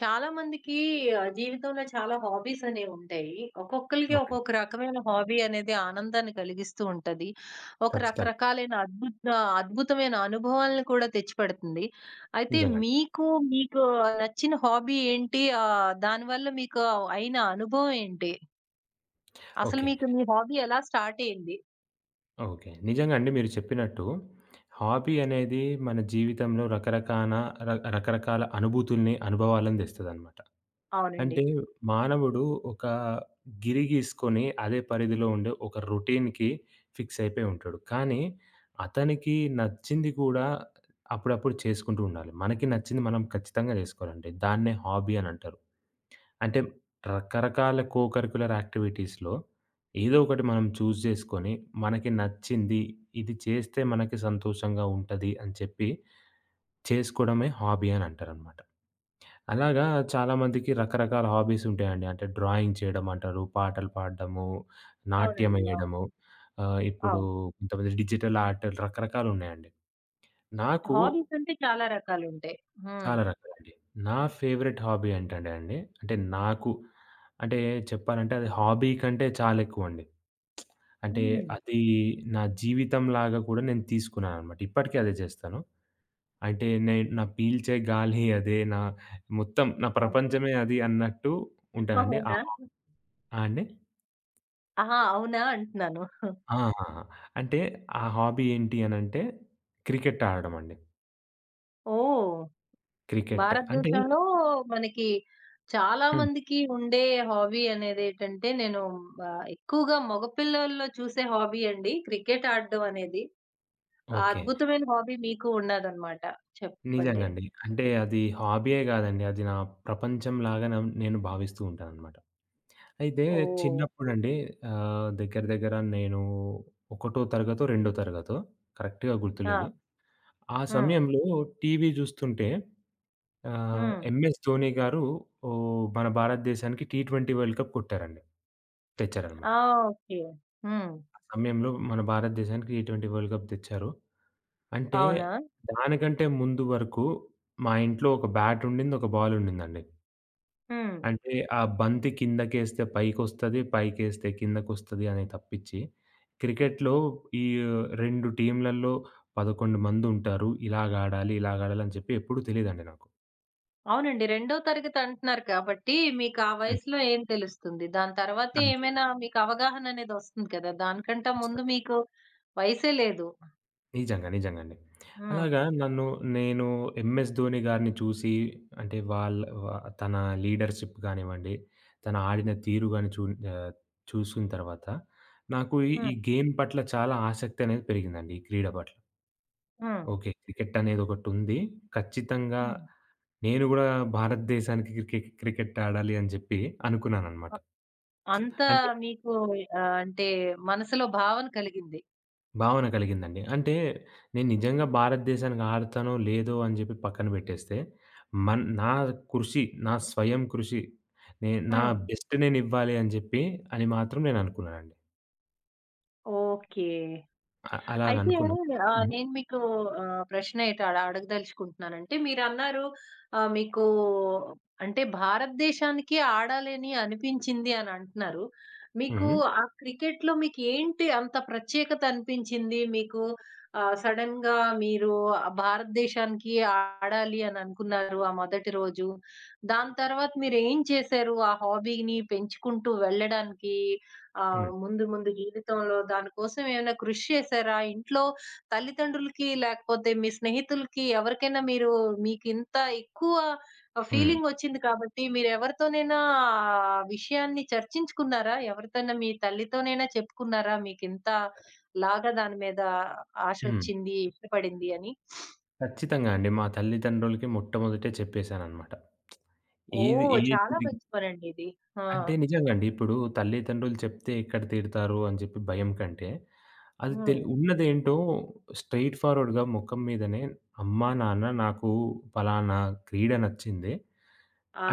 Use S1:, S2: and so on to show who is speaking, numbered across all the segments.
S1: చాలా మందికి జీవితంలో చాలా హాబీస్ అనేవుంటాయి. ఒక్కొక్కళ్ళకి
S2: అవునండి.
S1: ఒక్కొక్క రకమైన హాబీ అనేది ఆనందాన్ని కలిగిస్తూ ఉంటది. ఒక
S2: ఖచ్చితంగా.
S1: రకరకాలైన అద్భుతమైన అనుభవాలను కూడా తెచ్చిపెడుతుంది. అయితే
S2: నిజంగానే.
S1: మీకు నచ్చిన హాబీ ఏంటి? దానివల్ల మీకు అయిన అనుభవం ఏంటి? అసలు
S2: ఓకే.
S1: మీకు మీ హాబీ ఎలా స్టార్ట్ అయింది?
S2: ఓకే. నిజంగా అండి, మీరు చెప్పినట్టు హాబీ అనేది మన జీవితంలో రకరకాన రకరకాల అనుభూతుల్ని, అనుభవాలను తెస్తదనమాట.
S1: అవునండి.
S2: అంటే మానవుడు ఒక గిరి గీసుకొని అదే పరిధిలో ఉండే ఒక రొటీన్‌కి ఫిక్స్ అయిపోయి ఉంటాడు. కానీ అతనికి నచ్చింది కూడా అప్పుడప్పుడు చేసుకుంటూ ఉండాలి. మనకి నచ్చింది మనం ఖచ్చితంగా చేసుకోవాలండి. దాన్నే హాబీ అనంటారు. అంటే రకరకాల కో కరిక్యులర్ యాక్టివిటీస్‌లో ఏదో ఒకటి మనం జేసుకొని, మనకి నచ్చింది, ఇది చేస్తే మనకి సంతోషంగా ఉంటది అని చెప్పి చేసుకోవడమే హాబీ అని అంటారనమాట. అలాగా చాలామందికి రకరకాల హాబీస్ ఉంటాయండి. అంటే డ్రాయింగ్ చేయడం అంటారు, పాటలు పాడడము, నాట్యం
S1: అవునండి. అవును.
S2: ఎయడము, ఇప్పుడు
S1: అవును.
S2: కొంతమంది డిజిటల్ ఆర్ట్ రకరకాలున్నాయండి. నాకు
S1: హాబీస్ అంటే చాలా రకాలుంటాయి. హ్మ్.
S2: చాలా రకాలండి. నా ఫేవరెట్ హాబీ ఏంటంటే అండి, అంటే నాకు అంటే చెప్పాలంటే అది హాబీ కంటే చాలా ఎక్కువండి. అంటే
S1: హ్మ్.
S2: అది నా జీవితంలాగా కూడా నేను తీసుకున్నాననమాట. ఇప్పటికీ అదే చేస్తాను. అంటే నేను నా పీల్చే గాలి అదే, నా మొత్తం నా
S1: అవునా?
S2: ప్రపంచమే అది అన్నట్టు ఉంటానండి. ఆ! అండి.
S1: ఆహా! అవునా అంటున్నాను.
S2: ఆ! అంటే ఆ హాబీ ఏంటి అనంటే, క్రికెట్ ఆడడం అండి.
S1: ఓహ్!
S2: క్రికెట్ అంటే
S1: భారతదేశంలో మనకి చాలా
S2: హ్మ్.
S1: మందికి ఉండే హాబీ అనేదేటంటే, నేను ఎక్కువగా మగపిల్లల్లో చూసే హాబీ అండి క్రికెట్ ఆడడం అనేది. ఆ
S2: ఓకే.
S1: అద్భుతమైన హాబీ మీకు ఉన్నదనమాట. చెప్పండి.
S2: నిజంగండి. అంటే అది హాబీయే గాదండి. అది నా ప్రపంచంలాగా నేను భావిస్తూ ఉంటాననమాట. అయితే
S1: ఓహ్!
S2: చిన్నప్పుడండి దగ్గర దగ్గర నేను ఒకటో తరగతో, రెండో తరగతో కరెక్ట్‌గా
S1: ఆ!
S2: గుర్తులేదు. ఆ
S1: హ్మ్.
S2: సమయంలో టీవీ జూస్తుంటే
S1: హ్మ్.
S2: ఎంఎస్ ధోని గారు ఓహ్! మన భారతదేశానికి టీ20 వరల్డ్ కప్ కొట్టారండి.
S1: ఆ!
S2: తెచ్చారనమాట.
S1: ఓకే. హ్మ్.
S2: ఆ సమయంలో మన భారతదేశానికి టీ20 వరల్డ్ కప్ తెచ్చారు. అంటే
S1: అవునా?
S2: దానికంటే ముందు వరకు మా ఇంట్లో ఒక బ్యాటుండింది. ఒక బాలుండిందండి.
S1: హ్మ్.
S2: అంటే ఆ బంతి కిందకేస్తే పైకొస్తది, పైకేస్తే కిందకొస్తది అని తప్పించి, క్రికెట్‌లో ఈ 2 టీమ్‌లలో 11 మందుంటారు. ఇలాగాడాలి, ఇలాగాడాలి అని చెప్పి ఎప్పుడు తెలీదండి నాకు.
S1: అవునండి. రెండో తరగతి అంటున్నారు కాబట్టి మీకు ఆ
S2: హ్మ్.
S1: వయసులో ఏం తెలుస్తుంది? దాని తర్వాత
S2: అంతే.
S1: ఏమైనా మీకు అవగాహన అనేది వస్తుంది కదా! దానికంటే ముందు
S2: ఖచ్చితంగా.
S1: మీకు వయసే లేదు.
S2: నిజంగా. నిజంగండి.
S1: హ్మ్.
S2: అలాగా నన్ను నేను 'ఎంఎస్ ధోని' గారిని చూసి, అంటే వాళ్ళ వ తన లీడర్‌షిప్ గానివ్వండి, తను ఆడిన తీరు గాని ఆహ్, చూసిన తర్వాత నాకు ఈ ఈ
S1: హ్మ్.
S2: గేమ్ పట్ల చాలా ఆసక్తి అనేది పెరిగిందండి. ఈ క్రీడ పట్ల.
S1: హ్మ్.
S2: ఓకే. క్రికెట్ అనేది ఒకటుంది. ఖచ్చితంగా
S1: హ్మ్.
S2: నేను గూడా భారతదేశానికి క్రికెట్ ఆడాలి అని జెప్పి అనుకున్నాననమాట.
S1: అ అంత
S2: అంటే
S1: మీకు అంటే మనసులో భావన కలిగింది.
S2: భావన కలిగిందండి. అంటే నేను నిజంగా భారతదేశానికి ఆడతానో, లేదో అని జెప్పి పక్కన పెట్టేస్తే, నా కృషి, నా స్వయం కృషి, నా
S1: హ్మ్.
S2: బెస్ట్ నేనివ్వాలి అని జెప్పి అని మాత్రం నేననుకున్నానండి.
S1: ఓకే. అయితే
S2: అలాగనుకున్నా. హ్మ్.
S1: నేను మీకు ప్రశ్న ఎటు అడగదలుచుకుంటున్నానంటే మీరన్నారు మీకు అంటే భారతదేశానికి ఆడాలని అనిపించింది అని అంటున్నారు. మీకు
S2: హ్మ్.
S1: ఆ క్రికెట్‌లో మీకు ఏంటి అంత ప్రత్యేకత అనిపించింది? మీకు సడెన్‌గా మీరు ఆ భారతదేశానికి ఆడాలి అని అనుకున్నారు ఆ మొదటి రోజు. దాని తర్వాత మీరేం చేశారు? ఆ హాబీని పెంచుకుంటూ వెళ్ళడానికి? ఆ!
S2: హ్మ్.
S1: ముందు ముందు జీవితంలో దానికోసం ఏమైనా కృషి చేశారా? ఇంట్లో తల్లిదండ్రులకి, లేకపోతే మీ స్నేహితులకి ఎవరికైనా మీరు మీకింత ఎక్కువ
S2: హ్మ్.
S1: ఫీలింగొచ్చింది కాబట్టి మీరెవరితోనైనా ఆ విషయాన్ని చర్చించుకున్నారా? ఎవరితోనైనా మీ తల్లితోనైనా చెప్పుకున్నారా? మీకింత లాగా దాని మీద
S2: హ్మ్.
S1: ఆశొచ్చింది, ఇష్టపడింది అని?
S2: ఖచ్చితంగా అండి. మా తల్లిదండ్రులకి మొట్టమొదటే చెప్పేసాననమాట. ఏది
S1: ఓహ్!
S2: ఏది
S1: చాలా మంచి పనండి ఇది. ఆ!
S2: అంటే నిజంగండి. ఇప్పుడు తల్లిదండ్రులు చెప్తే ఎక్కడ తిడతారు అని చెప్పి భయం కంటే, అది
S1: హ్మ్.
S2: ఉన్నదేంటో స్ట్రెయిట్ ఫార్వర్డ్‌గా మొఖం మీదనే, "అమ్మా, నాన్న నాకు పలానా క్రీడ నచ్చింది.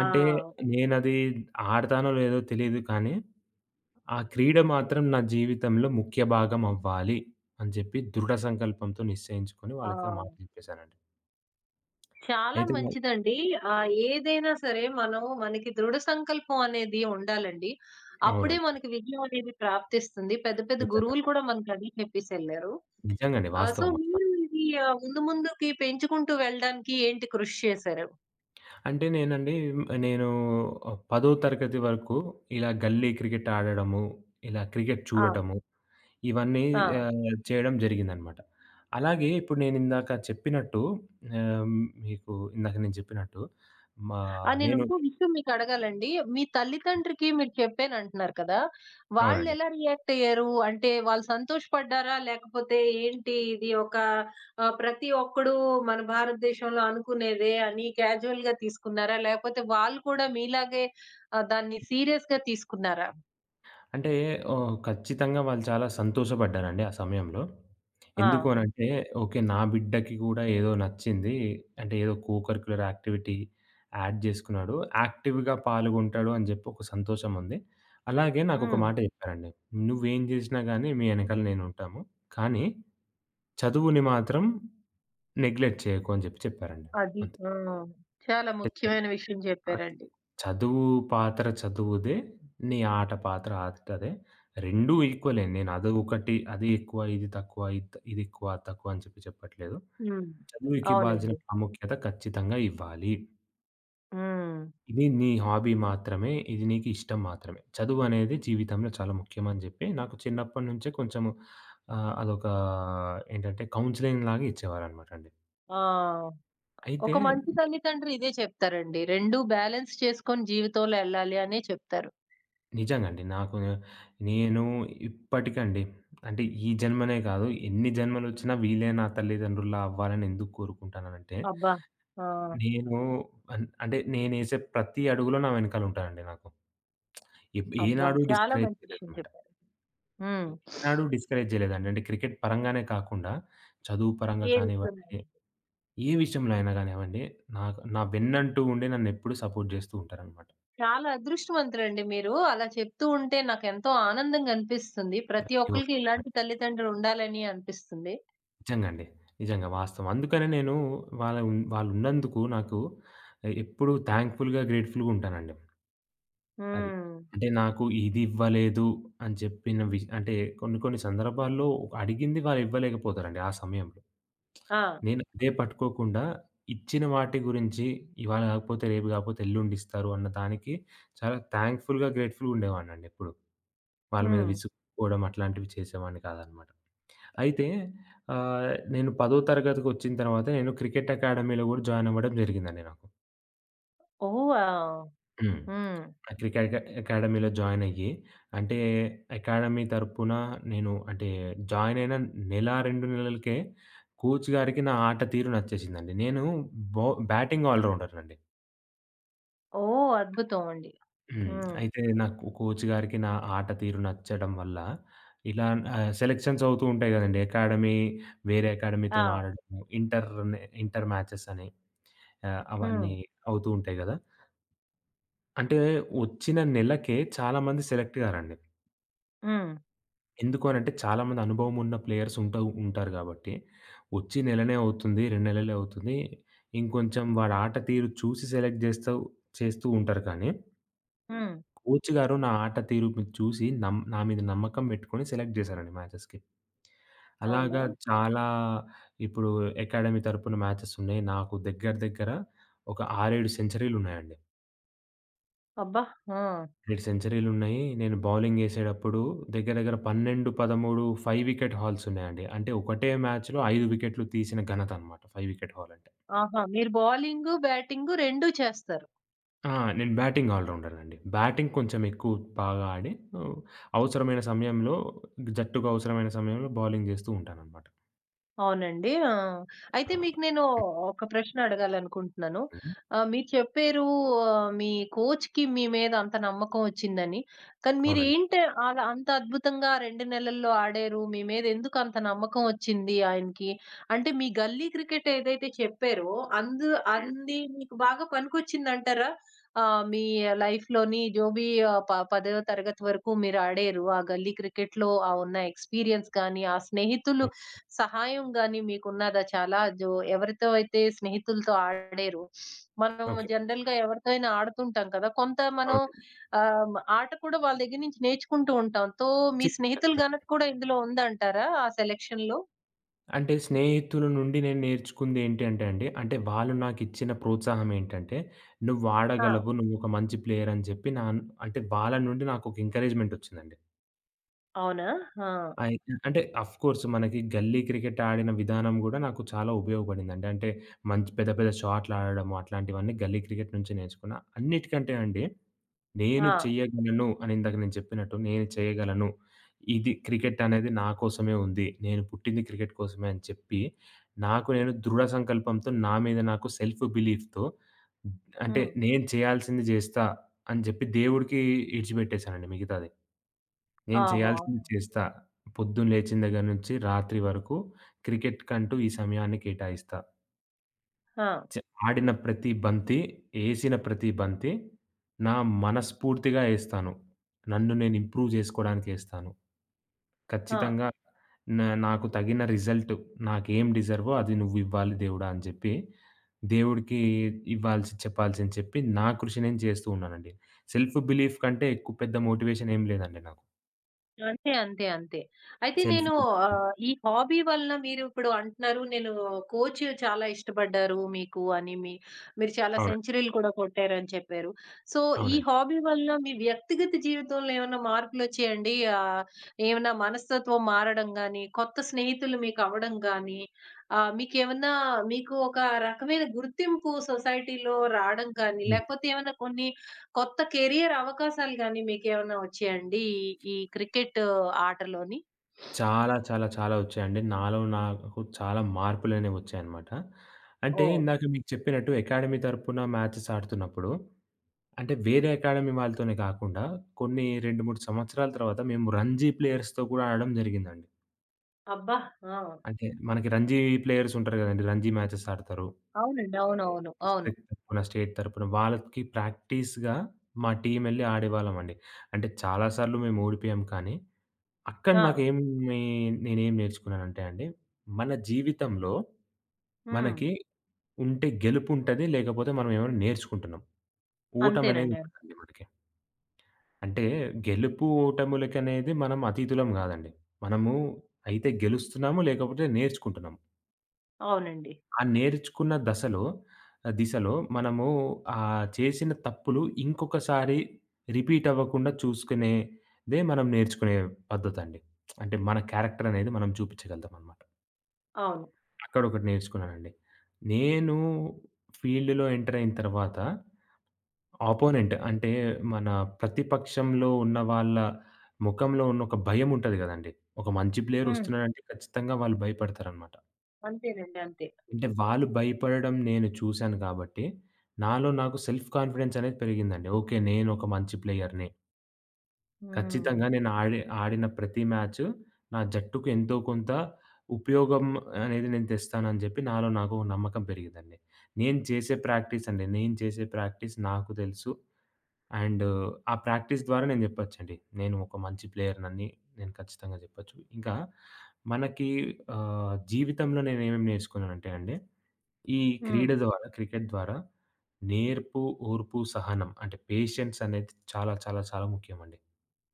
S2: అంటే నేనది ఆడతానో లేదో తెలీదు కానీ, ఆ క్రీడ మాత్రం నా జీవితంలో ముఖ్య భాగం అవ్వాలి" అని చెప్పి దృఢ సంకల్పంతో నిశ్చయించుకొని
S1: ఆ!
S2: వాళ్ళకి ఆ మాట చెప్పేసానండి.
S1: చాలా
S2: అయితే
S1: మంచిదండి. ఏదైనా సరే మనం మనకి దృఢ సంకల్పం అనేది ఉండాలండి. అప్పుడే
S2: అవునండి.
S1: మనకి విజయం అనేది ప్రాప్తిస్తుంది. పెద్ద పెద్ద
S2: నిజంగా.
S1: గురువులు కూడా మనకు అదే చెప్పేసెళ్లారు.
S2: నిజంగండి.
S1: సో,
S2: వాస్తవం.
S1: మీరు ఇది ముందు ముందుకి పెంచుకుంటూ వెళ్ళడానికి ఏంటి కృషి చేశారు?
S2: అంటే నేనండి నేను 10 తరగతి వరకు ఇలా గల్లీ క్రికెట్ ఆడడము, ఇలా క్రికెట్
S1: ఆ!
S2: చూడటము ఇవన్నీ
S1: ఆ!
S2: చేయడం జరిగిందనమాట. అలాగే ఇప్పుడు నేనిందాక చెప్పినట్టు ఆహ్, మీకు ఇందాక నేను చెప్పినట్టు మా
S1: ఆ! నేను
S2: నేను
S1: ఇంకో విషయం మీకు అడగాలండి. మీ తల్లితండ్రికి మీరు చెప్పానంటున్నారు కదా!
S2: అవునండి.
S1: వాళ్ళెలా రియాక్ట్ అయ్యారు? అంటే వాళ్ళు సంతోషపడ్డారా? లేకపోతే ఏంటి ఇది ఒక ప్రతి ఒక్కడు మన భారతదేశంలో అనుకునేదే అని క్యాజువల్‌గా తీసుకున్నారా? లేకపోతే వాళ్ళు కూడా మీలాగే దాన్ని సీరియస్‌గా తీసుకున్నారా?
S2: అంటే ఓహ్! ఖచ్చితంగా వాళ్ళు చాలా సంతోషపడ్డారండి ఆ సమయంలో. ఎందుకు
S1: ఆ!
S2: అనంటే, ఓకే. నా బిడ్డకి కూడా ఏదో నచ్చింది. అంటే ఏదో కో కరిక్యులర్ యాక్టివిటీ యాడ్ చేసుకున్నాడు. యాక్టివ్‌గా పాల్గొంటాడు అని చెప్పి ఒక సంతోషం ఉంది. అలాగే నాకొక
S1: హ్మ్.
S2: మాట చెప్పారండి. "నువ్వేం చేసినా గాని మీ వెనకాల నేనుంటాము. కానీ చదువుని మాత్రం నెగ్లెక్ట్ చేయకు" అని చెప్పి చెప్పారండి.
S1: అది.
S2: అంతే.
S1: ఆ! చాలా
S2: అంటే
S1: ముఖ్యమైన విషయం చెప్పారండి.
S2: చదువు పాత్ర చదువుదే. నీ ఆట పాత్ర ఆటదే. రెండూ ఈక్వలే. నేను అదొకటి అది ఎక్కువ, ఇది తక్కువ, ఇదెక్కువ, అది తక్కువ అని చెప్పి చెప్పట్లేదు.
S1: హ్మ్.
S2: చదువుకివ్వాల్సిన
S1: అవునండి.
S2: ప్రాముఖ్యత ఖచ్చితంగా ఇవ్వాలి.
S1: హ్మ్.
S2: ఇది నీ హాబీ మాత్రమే. ఇది నీకు ఇష్టం మాత్రమే. చదువనేది జీవితంలో చాలా ముఖ్యమని జెప్పి నాకు చిన్నప్పటి నుంచే కొంచెము అదొక ఏంటంటే కౌన్సెలింగ్‌లాగా ఇచ్చేవారనమాట అండి.
S1: ఆ!
S2: అయితే
S1: ఒక మంచి తల్లితండ్రి ఇదే చెప్తారండి. 2 బ్యాలెన్స్ చేసుకొని జీవితంలో ఎళ్ళాలి అనే చెప్తారు.
S2: నిజంగా అండి. నాకు నేను ఇప్పటికండి అంటే ఈ జన్మనే కాదు, ఎన్ని జన్మలొచ్చినా వీళ్ళే నా తల్లిదండ్రుల్లా అవ్వాలని ఎందుకు కోరుకుంటాననంటే,
S1: అబ్బా! ఆ!
S2: నేను అంటే నేనేసే ప్రతి అడుగులో నా వెనకాల ఉంటారండి నాకు.
S1: అబ్బా!
S2: ఏనాడు
S1: చాలా
S2: డిస్కరేజ్
S1: మంచి విషయం
S2: చేయలేదనమాట.
S1: చెప్పారు. హ్మ్.
S2: ఏనాడు డిస్కరేజ్ చేయలేదండి. అంటే క్రికెట్ పరంగానే కాకుండా, చదువు పరంగా
S1: ఏ
S2: కానివ్వండి,
S1: విషయంలోనైనా.
S2: ఏ విషయంలో అయినా గానివ్వండి, నాకు నా వెన్నంటూ ఉండి నన్నెప్పుడు సపోర్ట్ జేస్తూ ఉంటారనమాట.
S1: చాలా అదృష్టవంతులండి మీరు. అలా చెప్తూ ఉంటే నాకెంతో ఆనందంగా అనిపిస్తుంది. ప్రతి ఒక్కళ్ళకి ఇలాంటి తల్లితండ్రులు ఉండాలని అనిపిస్తుంది.
S2: నిజంగా అండి. నిజంగా వాస్తవం. అందుకనే నేను వాళ్ళ వాళ్ళున్నందుకు నాకు ఎప్పుడూ థాంక్‌ఫుల్‌గా, గ్రేట్‌ఫుల్‌గా ఉంటానండి. అది.
S1: హ్మ్.
S2: అంటే నాకు ఇది ఇవ్వలేదు అని చెప్పిన అంటే కొన్ని కొన్ని సందర్భాల్లో అడిగింది వాళ్ళు ఇవ్వలేకపోతారండి ఆ సమయంలో.
S1: ఆ!
S2: నేను అదే పట్టుకోకుండా ఇచ్చిన వాటి గురించి ఇవాళ కాకపోతే రేపు కాకపోతే ఎల్లుండి ఇస్తారు అన్న దానికి చాలా థాంక్‌ఫుల్‌గా, గ్రేట్‌ఫుల్‌గా ఉండేవాడినండి ఎప్పుడూ. వాళ్ళ మీద
S1: హ్మ్.
S2: విసుక్కోవడం అట్లాంటివి చేసేవాడిని కాదనమాట. అయితే నేను 10థ్ తరగతికొచ్చిన తర్వాత నేను క్రికెట్ అకాడమీలో గూడా జాయినవ్వడం జరిగిందండి నాకు.
S1: ఓహ్! వావ్!
S2: హ్మ్.
S1: హ్మ్.
S2: ఆ క్రికెట్ అకాడమీలో జాయినయ్యి అంటే అకాడమీ తరపున నేను అంటే జాయినయిన నెల, 2 నెలలకే కోచ్ గారికి నా ఆట తీరు నచ్చేసిందండి. నేను బౌ బ్యాటింగ్ ఆల్ రౌండర్‌నండి.
S1: ఓహ్! అద్భుతం అండి.
S2: హ్మ్.
S1: హ్మ్.
S2: అయితే నాకు కోచ్ గారికి నా ఆట తీరు నచ్చడం వల్ల ఇలా సెలక్షన్స్ అవుతూ ఉంటాయి గదండీ. అకాడమీ వేరే అకాడమీతోని
S1: ఆ!
S2: ఆడడము, ఇంటర్ ఇంటర్ మ్యాచెస్ అని. ఆ! అవన్నీ
S1: హ్మ్.
S2: అవుతూ ఉంటాయి గదా! అంటే వచ్చిన నెలకే చాలామంది సెలెక్ట్ గారండి.
S1: హ్మ్.
S2: ఎందుకు అనంటే చాలామంది అనుభవం ఉన్న ప్లేయర్స్ ఉంటారు గాబట్టి, వచ్చి నెలనే అవుతుంది, 2 నెలలే అవుతుంది. ఇంకొంచెం వాడి ఆట తీరు చూసి సెలెక్ట్ జేస్తూ చేస్తూ ఉంటారు కానీ,
S1: హ్మ్.
S2: కోచ్ గారు నా ఆట తీరు మీద చూసి నా మీద నమ్మకం బెట్టుకొని సెలెక్ట్ జేశారండి మ్యాచెస్‌కి.
S1: అవునా?
S2: అలాగా చాలా ఇప్పుడు అకాడమీ తరపున మ్యాచెస్ ఉన్నాయి. నాకు దగ్గర దగ్గర ఒక 6, 7 సెంచరీలున్నాయండి.
S1: అబ్బా! ఆ!
S2: 8 సెంచరీలున్నాయి. నేను బౌలింగ్ ఏసేటప్పుడు దగ్గర దగ్గర 12, 13 5 వికెట్ హాల్స్ ఉన్నాయండి. అంటే ఒకటే మ్యాచ్‌లో 5 వికెట్లు తీసిన ఘనత అనమాట 5 వికెట్ హాల్ అంటే.
S1: ఆహా! మీరు బౌలింగు, బ్యాటింగు 2 చేస్తారు.
S2: ఆ! నేను బ్యాటింగ్ ఆల్ రౌండర్‌నండి. బ్యాటింగ్ కొంచెం ఎక్కువ బాగా ఆడి ఆహ్, అవసరమైన సమయంలో జట్టుకు అవసరమైన సమయంలో బౌలింగ్ జేస్తూ ఉంటాననమాట.
S1: అవునండి. ఆ! అయితే
S2: ఆ!
S1: మీకు నేను ఒక ప్రశ్న అడగాలనుకుంటున్నాను.
S2: హ్మ్.
S1: మీరు చెప్పారు మీ కోచ్‌కి మీ మీద అంత నమ్మకం వచ్చిందని. కానీ
S2: అవునండి.
S1: మీరేంటి అలా అంత అద్భుతంగా 2 నెలల్లో ఆడారు? మీ మీద ఎందుకు అంత నమ్మకం వచ్చింది ఆయనకి? అంటే మీ గల్లీ క్రికెట్ ఏదైతే చెప్పారో అందు అంది మీకు బాగా పనికొచ్చిందంటారా? మీ లైఫ్‌లోని జోబీ పదో తరగతి వరకు మీరు ఆడారు. ఆ గల్లీ క్రికెట్‌లో ఆ ఉన్న ఎక్స్‌పీరియన్స్ గాని, ఆ స్నేహితులు
S2: ఓహ్!
S1: సహాయం గాని మీకున్నదా చాలా? ఎవరితో అయితే స్నేహితులతో ఆడేరు. మనం
S2: ఓకే.
S1: జనరల్‌గా ఎవరితో అయినా ఆడుతుంటాం కదా! కొంత మనం
S2: అవునండి.
S1: ఆట కూడా వాళ్ళ దగ్గర నుంచి నేర్చుకుంటూ ఉంటాం. తో
S2: చి
S1: మీ స్నేహితుల ఘనత కూడా ఇందులో ఉందంటారా ఆ సెలక్షన్‌లో?
S2: అంటే స్నేహితుల నుండి నేను నేర్చుకుందేంటి అంటే అండి, అంటే వాళ్ళు నాకిచ్చిన ప్రోత్సాహం ఏంటంటే,
S1: ఆ!
S2: "నువ్వాడగలవు, నువ్వొక మంచి ప్లేయర్" అని చెప్పి అంటే వాళ్ళ నుండి నాకొక ఎంకరేజ్‌మెంట్ ఒచ్చిందండి.
S1: అవునా? ఆ!
S2: అయి అంటే ఆఫ్‌కోర్స్ మనకి గల్లీ క్రికెట్ ఆడిన విధానం గూడా నాకు చాలా ఉపయోగపడిందండి. అంటే మంచి పెద్ద పెద్ద షాట్‌లాడడము అట్లాంటివన్నీ గల్లీ క్రికెట్ నుంచే నేర్చుకున్నా. అన్నిటికంటే అండి, నేను
S1: ఆ!
S2: చెయ్యగలను అని ఇందాక నేను చెప్పినట్టు నేను చేయగలను. ఇది క్రికెట్ అనేది నా కోసమే ఉంది. నేను పుట్టింది క్రికెట్ కోసమే అని చెప్పి, నాకు నేను దృఢ సంకల్పంతో నా మీద నాకు సెల్ఫ్ బిలీఫ్‌తో అంటే
S1: హ్మ్.
S2: నేను చేయాల్సింది జేస్తా అని చెప్పి దేవుడికి ఇడిచిపెట్టేసానండి మిగతాది. నేను
S1: ఓహో!
S2: చేయాల్సింది
S1: అవునా!
S2: చేస్తా. పొద్దున్న లేచిన దగ్గర నుంచి రాత్రి వరకు క్రికెట్‌కంటూ ఈ సమయాన్ని కేటాయిస్తా.
S1: ఆ!
S2: చ ఆడిన ప్రతి బంతి, ఏసిన ప్రతి బంతి నా మనస్ఫూర్తిగా ఏస్తాను. నన్ను నేను ఇంప్రూవ్ జేసుకోవడానికేస్తాను.
S1: ఆ!
S2: ఖచ్చితంగా న నాకు తగిన రిజల్ట్, నాకేం డిజర్వో అది నువ్వివ్వాలి దేవుడా అని జెప్పి, దేవుడికి చెప్పాల్సింది చెప్పి, నా కృషి నేను చేస్తూ ఉన్నానండి. సెల్ఫ్ బిలీఫ్ కంటే ఎక్కువ పెద్ద మోటివేషన్ ఏం లేదండి నాకు.
S1: అంతే. అంతే. అంతే. అయితే
S2: సెల్ఫ్
S1: నేను
S2: బిలీఫ్.
S1: ఈ హాబీ వలన మీరిప్పుడు అంటున్నారు, నేను కోచ్ చాలా ఇష్టపడ్డారు మీకు అని, మీ మీరు చాలా
S2: అవునండి.
S1: సెంచరీలు కూడా కొట్టారని చెప్పారు. సో, ఈ
S2: అవునండి.
S1: హాబీ వల్ల మీ వ్యక్తిగత జీవితంలో ఏమన్నా మార్పులొచ్చాయండి? ఆహ్, ఏమన్నా మనస్తత్వం మారడం గానీ, కొత్త స్నేహితులు మీకవ్వడం గానీ, మీకేమన్నా మీకు ఏమైనా మీకు ఒక రకమైన గుర్తింపు సొసైటీలో రాడం కానీ,
S2: హ్మ్.
S1: లేకపోతే ఏమన్నా కొన్ని కొత్త కెరియర్ అవకాశాలు గాని మీకేమన్నా వచ్చాయండి? ఈ, ఈ క్రికెట్ ఆటలోని?
S2: చాలా, చాలా, చాలా వచ్చాయండి. నాలో నాకు చాలా మార్పులనేవి వచ్చాయనమాట. అంటే
S1: ఓహ్!
S2: ఇందాక మీకు చెప్పినట్టు అకాడమీ తరపున మ్యాచెస్ ఆడుతున్నప్పుడు, అంటే వేరే అకాడమీ వాళ్ళతోనే కాకుండా కొన్ని 2, 3 సంవత్సరాల తర్వాత మేము రంజీ ప్లేయర్స్‌తో కూడా ఆడడం జరిగిందండి.
S1: అబ్బా! ఆ!
S2: అంటే మనకి రంజీ ప్లేయర్స్ ఉంటారు కదండీ! రంజీ మ్యాచెస్ ఆడతారు.
S1: అవునండి. అవునవును. అవును.
S2: డిస్ట్రిక్ట్ తరపున, స్టేట్ తరపున వాళ్ళకి ప్రాక్టీస్‌గా మా టీమ్ ఎళ్లి ఆడేవాళ్ళమండి. అంటే చాలా సార్లు మేము ఓడిపోయాం కానీ అక్కడ
S1: అవును ఆ!
S2: నేనేం నేర్చుకున్నానంటే అండి, మన జీవితంలో
S1: హ్మ్.
S2: మనకి ఉంటే గెలుపుంటది. లేకపోతే మనం ఏమైనా నేర్చుకుంటున్నాం. ఓటమనేది
S1: అంతేనండి.
S2: ఉండదండి మనకి. అంటే గెలుపు, ఓటములకనేది మనం అతీతులం గాదండి. మనము అయితే గెలుస్తున్నాము, లేకపోతే నేర్చుకుంటున్నాము.
S1: అవునండి.
S2: ఆ నేర్చుకున్న దశలో దిశలో మనము చేసిన తప్పులు ఇంకొకసారి రిపీట్ అవ్వకుండా చూసుకునేదే మనం నేర్చుకునే పద్ధతండి. అంటే మన క్యారెక్టర్ అనేది మనం చూపించగలుగుతామనమాట.
S1: అవును.
S2: అక్కడొకటి నేర్చుకున్నానండి. నేను ఫీల్డ్‌లో ఎంటర్ అయిన తర్వాత అపోనెంట్ అంటే మన ప్రతిపక్షంలో ఉన్న వాళ్ళ ముఖంలో ఉన్న ఒక భయముంటది గదండీ! ఒక మంచి ప్లేయర్
S1: హ్మ్.
S2: ఒస్తున్నాడంటే ఖచ్చితంగా వాళ్ళు భయపడతారనమాట.
S1: అంతేనండి. అంతే.
S2: అంటే వాళ్ళు భయపడడం నేను చూసాను గాబట్టి, నాలో నాకు సెల్ఫ్ కాన్ఫిడెన్స్ అనేది పెరిగిందండి. ఓకే. నేను ఒక మంచి ప్లేయర్‌ని.
S1: హ్మ్.
S2: ఖచ్చితంగా నేను ఆడిన ప్రతి మ్యాచు నా జట్టుకు ఎంతో కొంత ఉపయోగం అనేది నేను తెస్తానని చెప్పి నాలో నాకు ఒక నమ్మకం పెరిగిందండి. నేను చేసే ప్రాక్టీస్ అండి. నేను చేసే ప్రాక్టీస్ నాకు తెలుసు. అండ్ ఆ ప్రాక్టీస్ ద్వారా నేను చెప్పొచ్చండి. నేను ఒక మంచి ప్లేయర్‌నని నేను ఖచ్చితంగా చెప్పొచ్చు. ఇంకా మనకి జీవితంలో నేనేమేమి నేర్చుకున్నానంటే అండి, ఈ
S1: హ్మ్.
S2: క్రీడ ద్వారా క్రికెట్ ద్వారా నేర్పు, ఓర్పు, సహనం అంటే పేషెన్స్ అనేది చాలా చాలా చాలా ముఖ్యమండి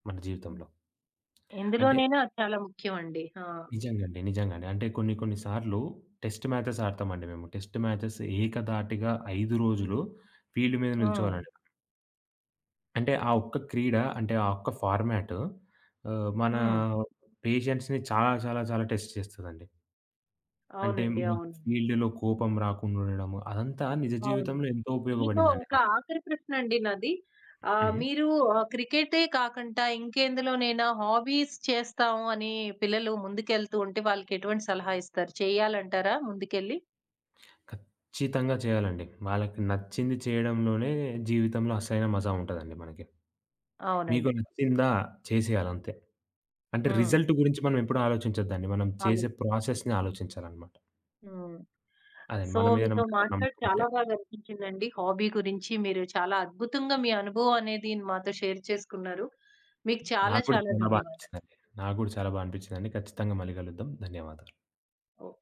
S2: మన
S1: హ్మ్.
S2: జీవితంలో. అంటే
S1: ఇందులోనైనా అది చాలా ముఖ్యమండి. ఆ!
S2: నిజంగా అండి. నిజంగా అండి. అంటే కొన్ని కొన్ని సార్లు టెస్ట్ మ్యాచెస్ ఆడతామండి మేము. టెస్ట్ మ్యాచెస్ ఏకధాటిగా 5 రోజులు ఫీల్డ్ మీద
S1: హ్మ్.
S2: నిల్చోవాలండి. అంటే ఆ ఒక్క క్రీడ అంటే ఆ ఒక్క ఫార్మాట్ మన
S1: హ్మ్.
S2: పేషెన్స్‌ని చాలా చాలా చాలా టెస్ట్ చేస్తదండి. అంటే
S1: అవునండి.
S2: మనకి
S1: అవును.
S2: ఫీల్డ్‌లో కోపం రాకుండా ఉండడము అదంతా నిజ
S1: అవును.
S2: జీవితంలో ఎంతో
S1: మీకు
S2: ఉపయోగపడిందండి
S1: ఒక
S2: నాకు.
S1: ఆఖరి ప్రశ్నండి నాది.
S2: హ్మ్.
S1: మీరు క్రికెటే కాకుండా ఇంకెందులోనైనా హాబీస్ చేస్తాం అని పిల్లలు ముందుకెళ్తూ ఉంటే వాళ్ళకెటువంటి సలహా ఇస్తారు? చేయాలంటారా ముందుకెళ్ళి?
S2: ఖచ్చితంగా చేయాలండి. వాళ్ళకి నచ్చింది చేయడంలోనే జీవితంలో అసలైన మజా ఉంటదండి మనకి. మీకు
S1: అవునండి.
S2: నచ్చిందా చేసేయాలంతే. అంటే
S1: హ్మ్.
S2: రిజల్ట్ గురించి మనం ఎప్పుడు ఆలోచించొద్దండి. మనం చేసే
S1: ఆలోచించుకోవడం.
S2: ప్రాసెస్‌ని ఆలోచించాలనమాట.
S1: హ్మ్.
S2: అదండి.
S1: సో,
S2: మన మీద
S1: మీతో
S2: మనకు
S1: మాట్లాడి
S2: నమ్మకం ఉంటే
S1: చాలా బాగా అనిపించిందండి. హాబీ గురించి మీరు చాలా అద్భుతంగా మీ అనుభవం అనేది మాతో షేర్ చేసుకున్నారు. మీకు చాలా
S2: నాకు కూడా
S1: చాలా
S2: చాలా బా
S1: ధన్యవాదాలు.
S2: అనిపించిందండి. నాకు కూడా చాలా బా అనిపించిందండి. ఖచ్చితంగా మళ్ళీ కలుద్దాం. ధన్యవాదాలు.
S1: ఓకే.